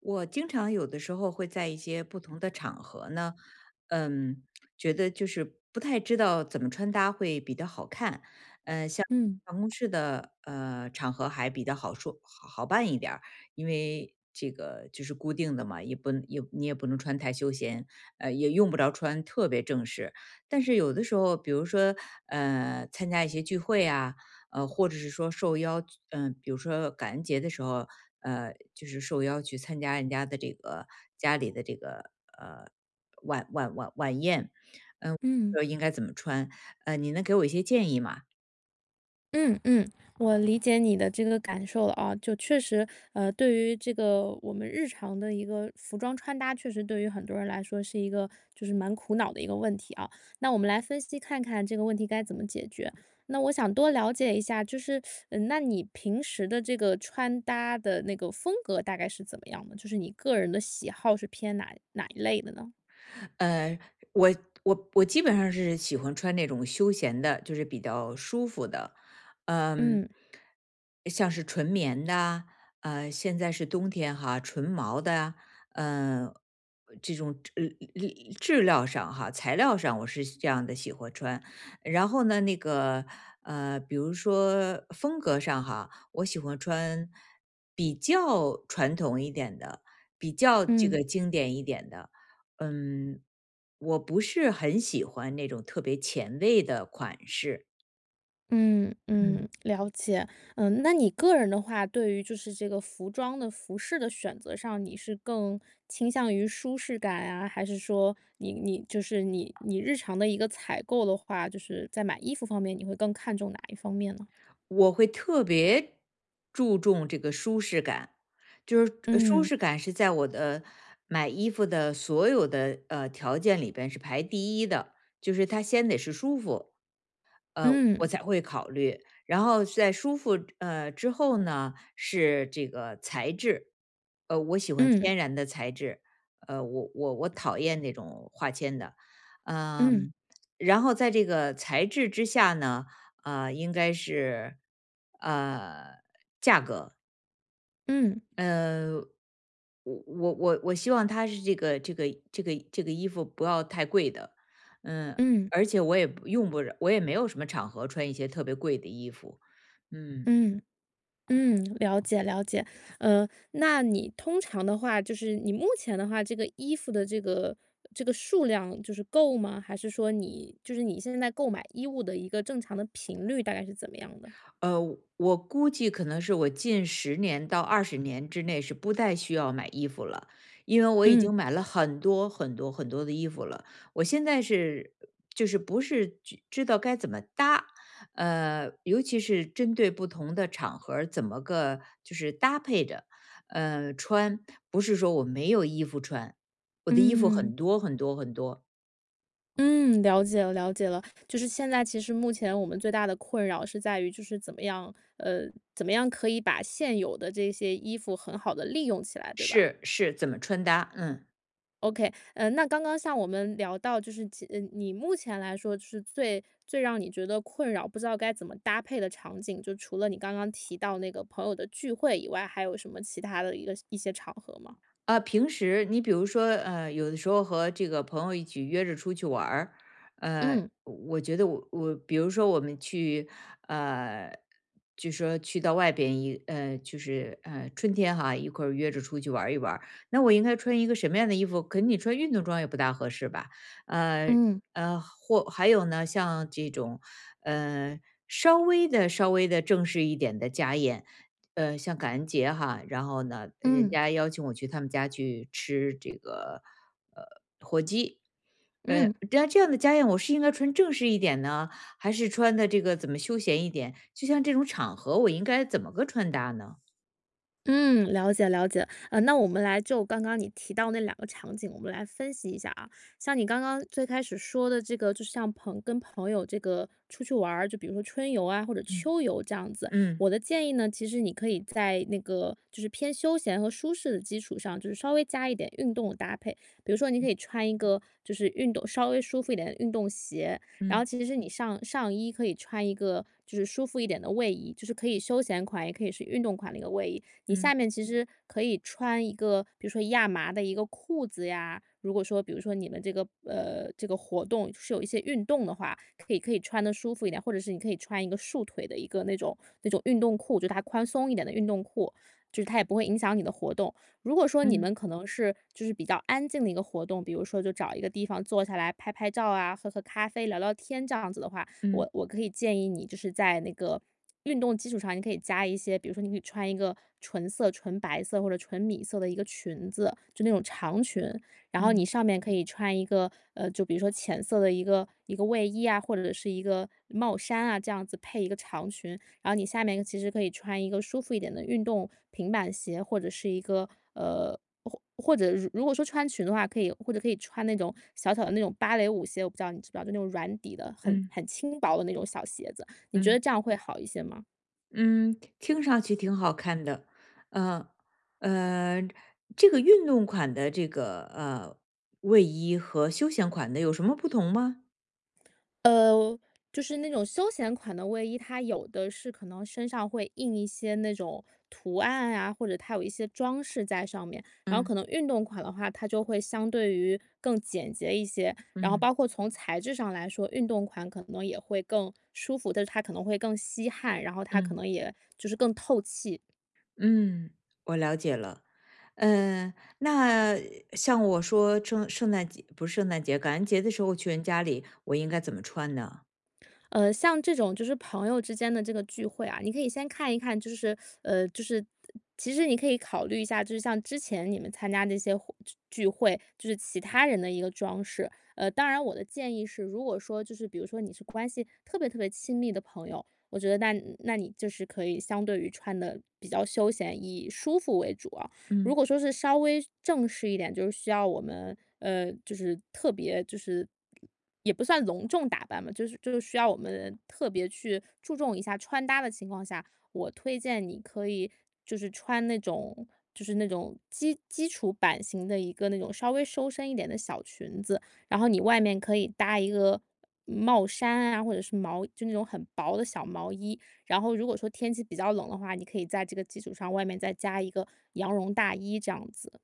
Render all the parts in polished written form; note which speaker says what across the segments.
Speaker 1: 我经常有的时候会在一些不同的场合呢，嗯，觉得就是不太知道怎么穿搭会比较好看。像
Speaker 2: 嗯
Speaker 1: 办公室的场合还比较好说好好办一点儿，因为这个就是固定的嘛，也不也你也不能穿太休闲，也用不着穿特别正式。但是有的时候，比如说参加一些聚会啊，或者是说受邀，比如说感恩节的时候，就是受邀去参加人家的这个家里的这个呃晚宴，嗯、
Speaker 2: 嗯
Speaker 1: 不知道应该怎么穿？你能给我一些建议吗？
Speaker 2: 嗯嗯，我理解你的这个感受了啊，就确实，对于这个我们日常的一个服装穿搭，确实对于很多人来说是一个就是蛮苦恼的一个问题啊。那我们来分析看看这个问题该怎么解决。那我想多了解一下，就是，那你平时的这个穿搭的那个风格大概是怎么样的？就是你个人的喜好是偏哪一类的呢？
Speaker 1: 呃，我我基本上是喜欢穿那种休闲的，就是比较舒服的，嗯，
Speaker 2: 嗯
Speaker 1: 像是纯棉的，现在是冬天哈，纯毛的，呃，这种质量上哈，材料上我是这样的喜欢穿。然后呢，那个比如说风格上哈，我喜欢穿比较传统一点的，比较这
Speaker 2: 嗯。
Speaker 1: 个经典一点的。嗯，我不是很喜欢那种特别前卫的款式。
Speaker 2: 嗯
Speaker 1: 嗯。
Speaker 2: 嗯，了解。嗯，那你个人的话，对于就是这个服装的服饰的选择上，你是更倾向于舒适感啊，还是说你就是你日常的一个采购的话，就是在买衣服方面，你会更看重哪一方面呢？
Speaker 1: 我会特别注重这个舒适感，就是舒
Speaker 2: 嗯
Speaker 1: 适感是在我的买衣服的所有的条件里边是排第一的，就是它先得是舒服。我
Speaker 2: 嗯
Speaker 1: 才会考虑。然后在舒服之后呢，是这个材质，我喜欢
Speaker 2: 嗯
Speaker 1: 天然的材质，我讨厌那种化纤的，
Speaker 2: 嗯
Speaker 1: 嗯，然后在这个材质之下呢，应该是呃
Speaker 2: 嗯
Speaker 1: 呃，我希望它是这个衣服不要太贵的，嗯，
Speaker 2: 嗯嗯
Speaker 1: 而且我也不用不着，我也没有什么场合穿一些特别贵的衣服。嗯。
Speaker 2: 嗯。嗯，了解了解。那你通常的话，就是你目前的话，这个衣服的这个数量就是够吗？还是说你就是你现在购买衣物的一个正常的频率大概是怎么样的？
Speaker 1: 我估计可能是我近十年到20年之内是不太需要买衣服了，因为我已经
Speaker 2: 嗯
Speaker 1: 买了很多很多很多的衣服了。我现在是就是不是知道该怎么搭，尤其是针对不同的场合儿怎么个就是搭配着，穿，不是说我没有衣服穿，我的衣服
Speaker 2: 嗯
Speaker 1: 很多很多很多，
Speaker 2: 嗯，了解了解了。就是现在其实目前我们最大的困扰是在于就是怎么样，怎么样可以把现有的这些衣服很好的利用起来，对吧？
Speaker 1: 是怎么穿搭。嗯。
Speaker 2: OK，嗯，那刚刚像我们聊到，就是其呃，你目前来说就是最最让你觉得困扰，不知道该怎么搭配的场景，就除了你刚刚提到那个朋友的聚会以外，还有什么其他的一个一些场合吗？
Speaker 1: 啊，平时你比如说，有的时候和这个朋友一起约着出去玩儿，呃，
Speaker 2: 嗯。
Speaker 1: 我觉得，比如说我们去，呃，就说去到外边一，就是春天哈，一块儿约着出去玩儿一玩儿，那我应该穿一个什么样的衣服？可能你穿运动装也不大合适吧。呃
Speaker 2: 嗯
Speaker 1: 或还有呢，像这种，呃，稍微的正式一点的家宴。像感恩节哈，然后呢，人
Speaker 2: 嗯
Speaker 1: 家邀请我去他们家去吃这个。
Speaker 2: 嗯。
Speaker 1: 那这样的家宴，我是应该穿正式一点呢，还是穿的这个怎么休闲一点？就像这种场合，我应该怎么个穿搭呢？
Speaker 2: 嗯，了解了解。那我们来就刚刚你提到那两个场景，我们来分析一下啊。像你刚刚最开始说的这个，就是像跟朋友这个出去玩儿，就比如说春游啊或者
Speaker 1: 嗯
Speaker 2: 秋游这样子。
Speaker 1: 嗯
Speaker 2: 我的建议呢，其实你可以在那个就是偏休闲和舒适的基础上，就是稍微加一点运动的搭配。比如说，你可以穿一个就是运动稍微舒服一点的运动鞋，然后
Speaker 1: 嗯
Speaker 2: 其实你上衣可以穿一个就是舒服一点的卫衣，就是可以休闲款，也可以是运动款的一个卫衣。你下
Speaker 1: 嗯
Speaker 2: 面其实可以穿一个，比如说亚麻的一个裤子呀。如果说，比如说你们这个这个活动是有一些运动的话，可以穿的舒服一点，或者是你可以穿一个束腿的一个那种运动裤，就它宽松一点的运动裤，就是它也不会影响你的活动。如果说你
Speaker 1: 嗯
Speaker 2: 们可能是就是比较安静的一个活动，比如说就找一个地方坐下来拍拍照啊，喝喝咖啡、聊聊天这样子的话，我
Speaker 1: 嗯
Speaker 2: 我可以建议你就是在那个运动基础上，你可以加一些，比如说你可以穿一个纯色、纯白色或者纯米色的一个裙子，就那种长裙，然后你
Speaker 1: 嗯
Speaker 2: 上面可以穿一个就比如说浅色的一个卫衣啊，或者是一个帽衫啊，这样子配一个长裙，然后你下面其实可以穿一个舒服一点的运动平板鞋，或者是一个呃，或者如果说穿裙的话，或者可以穿那种小小的那种芭蕾舞鞋，我不知道你知不知道，就那种软底的，很
Speaker 1: 嗯
Speaker 2: 很轻薄的那种小鞋子，你觉得
Speaker 1: 嗯
Speaker 2: 这样会好一些吗？
Speaker 1: 嗯。听上去挺好看的。呃呃，这个运动款的这个卫衣和休闲款的有什么不同吗？
Speaker 2: 呃，就是那种休闲款的卫衣，它有的是可能身上会印一些那种图案啊，或者它有一些装饰在上面。然后
Speaker 1: 嗯
Speaker 2: 可能运动款的话，它就会相对于更简洁一些。然后
Speaker 1: 嗯
Speaker 2: 包括从材质上来说，运动款可能也会更舒服，但是它可能会更吸汗，然后它可
Speaker 1: 嗯。
Speaker 2: 能也就是更透气。
Speaker 1: 嗯，我了解了。那像我说圣诞节不是圣诞节，感恩节的时候去人家里，我应该怎么穿呢？
Speaker 2: 像这种就是朋友之间的这个聚会啊，你可以先看一看，就是呃，就是其实你可以考虑一下，就是像之前你们参加这些聚会，就是其他人的一个装饰。当然我的建议是，如果说就是比如说你是关系特别特别亲密的朋友，我觉得那你就是可以相对于穿的比较休闲，以舒服为主啊。如
Speaker 1: 嗯。
Speaker 2: 果说是稍微正式一点，就是需要我们，就是特别就是也不算隆重打扮吧，就是需要我们特别去注重一下穿搭的情况下，我推荐你可以就是穿那种就是那种基础版型的一个那种稍微收身一点的小裙子，然后你外面可以搭一个帽衫啊，或者是就那种很薄的小毛衣，然后如果说天气比较冷的话，你可以在这个基础上外面再加一个羊绒大衣这样子。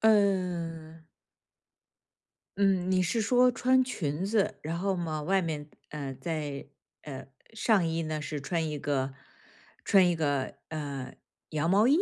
Speaker 1: 嗯嗯。你是说穿裙子，然后嘛，外面在呃上衣呢是穿一个羊毛衣？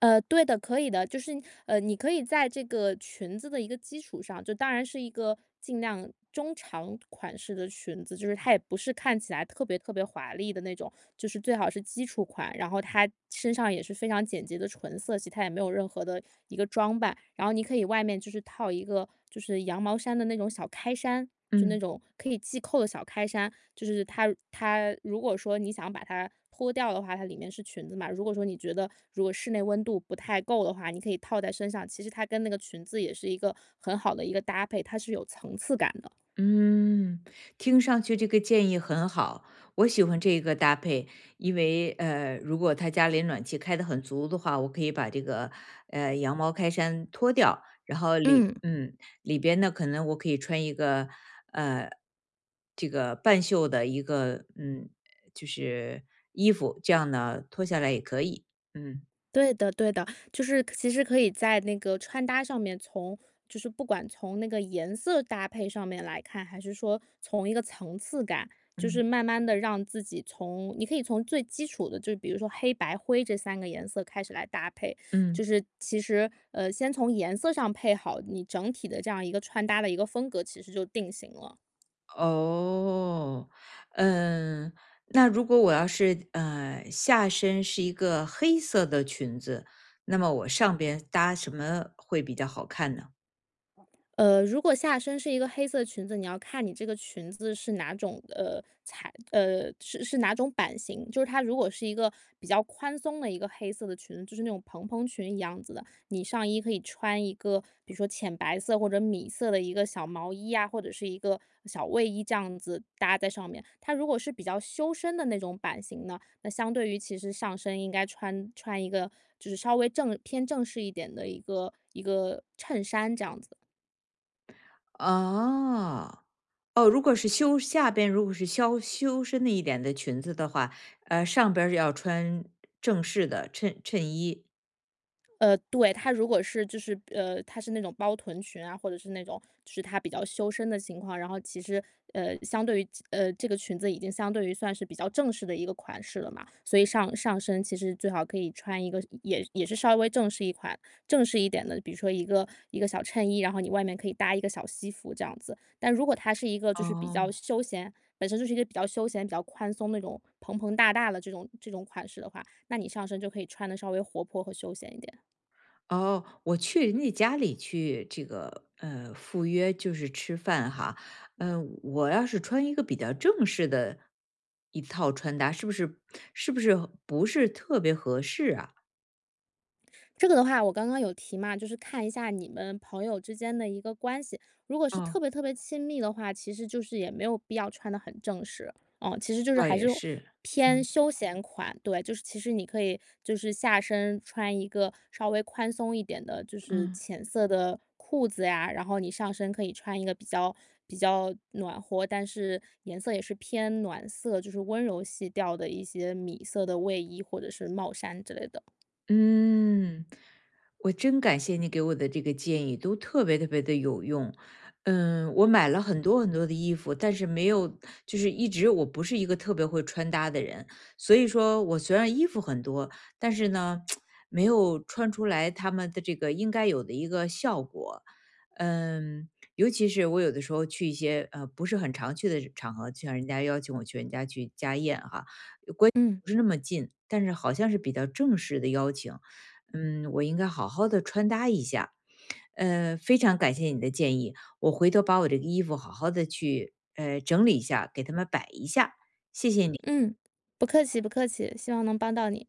Speaker 2: 对的，可以的，你可以在这个裙子的一个基础上，就当然是一个尽量中长款式的裙子，就是它也不是看起来特别特别华丽的那种，就是最好是基础款，然后它身上也是非常简洁的纯色系，它也没有任何的一个装扮，然后你可以外面就是套一个就是羊毛衫的那种小开衫。就那
Speaker 1: 嗯。
Speaker 2: 种可以系扣的小开衫，它如果说你想把它脱掉的话，它里面是裙子嘛。如果说你觉得如果室内温度不太够的话，你可以套在身上，其实它跟那个裙子也是一个很好的一个搭配，它是有层次感的。
Speaker 1: 嗯，听上去这个建议很好，我喜欢这个搭配，因为如果他家里暖气开得很足的话，我可以把这个羊毛开衫脱掉，然后
Speaker 2: 嗯。
Speaker 1: 里边呢，可能我可以穿一个呃这个半袖的一个就是衣服，这样呢脱下来也可以。嗯
Speaker 2: 对的，对的，就是其实可以在那个穿搭上面从，就是不管从那个颜色搭配上面来看，还是说从一个层次感，就是
Speaker 1: 嗯
Speaker 2: 慢慢的让自己从，你可以从最基础的，就是比如说黑白灰这三个颜色开始来搭配，就
Speaker 1: 嗯。
Speaker 2: 是其实先从颜色上配好，你整体的这样一个穿搭的一个风格，其实就定型了。
Speaker 1: 哦，嗯，那如果我要是下身是一个黑色的裙子，那么我上边搭什么会比较好看呢？
Speaker 2: 如果下身是一个黑色裙子，你要看你这个裙子是哪种呃材呃是哪种版型，就是它如果是一个比较宽松的一个黑色的裙子，就是那种蓬蓬裙一样子的，你上衣可以穿一个比如说浅白色或者米色的一个小毛衣啊，或者是一个小卫衣这样子搭在上面。它如果是比较修身的那种版型呢，那相对于其实上身应该穿一个就是稍微偏正式一点的一个衬衫这样子。
Speaker 1: 哦哦。如果是修下边如果是修身的一点的裙子的话，上边儿要穿正式的衬衣。
Speaker 2: 对，它如果是它是那种包臀裙啊，或者是那种就是它比较修身的情况，然后其实相对于这个裙子已经相对于算是比较正式的一个款式了嘛，所以上身其实最好可以穿一个也是稍微正式一点的，比如说一个小衬衣，然后你外面可以搭一个小西服这样子。但如果它是一个就是比较
Speaker 1: 哦，
Speaker 2: 休闲，本身就是一个比较休闲、比较宽松那种蓬蓬大大的这种款式的话，那你上身就可以穿的稍微活泼和休闲一点。
Speaker 1: 哦，我去人家家里去这个赴约就是吃饭哈。我要是穿一个比较正式的一套穿搭，是不是不是特别合适啊？
Speaker 2: 这个的话，我刚刚有提嘛，就是看一下你们朋友之间的一个关系。如果是特
Speaker 1: 哦，
Speaker 2: 别特别亲密的话，其实就是也没有必要穿的很正式，嗯，其实就是
Speaker 1: 倒
Speaker 2: 还是
Speaker 1: 也是。
Speaker 2: 偏
Speaker 1: 嗯
Speaker 2: 休闲款。对，就是其实你可以就是下身穿一个稍微宽松一点的，就是
Speaker 1: 嗯。
Speaker 2: 浅色的裤子呀，然后你上身可以穿一个比较暖和，但是颜色也是偏暖色，就是温柔系调的一些米色的卫衣或者是帽衫之类的。
Speaker 1: 嗯，我真感谢你给我的这个建议，都特别特别的有用。我买了很多很多的衣服，但是没有，就是一直我不是一个特别会穿搭的人，所以说我虽然衣服很多，但是呢，没有穿出来他们的这个应该有的一个效果。嗯，尤其是我有的时候去一些不是很常去的场合，就像人家邀请我去人家去家宴哈，关。
Speaker 2: 嗯。
Speaker 1: 不是那么近，但是好像是比较正式的邀请。我应该好好的穿搭一下。非常感谢你的建议，我回头把我这个衣服好好的去整理一下，给他们摆一下。谢谢你。
Speaker 2: 嗯，不客气不客气，希望能帮到你。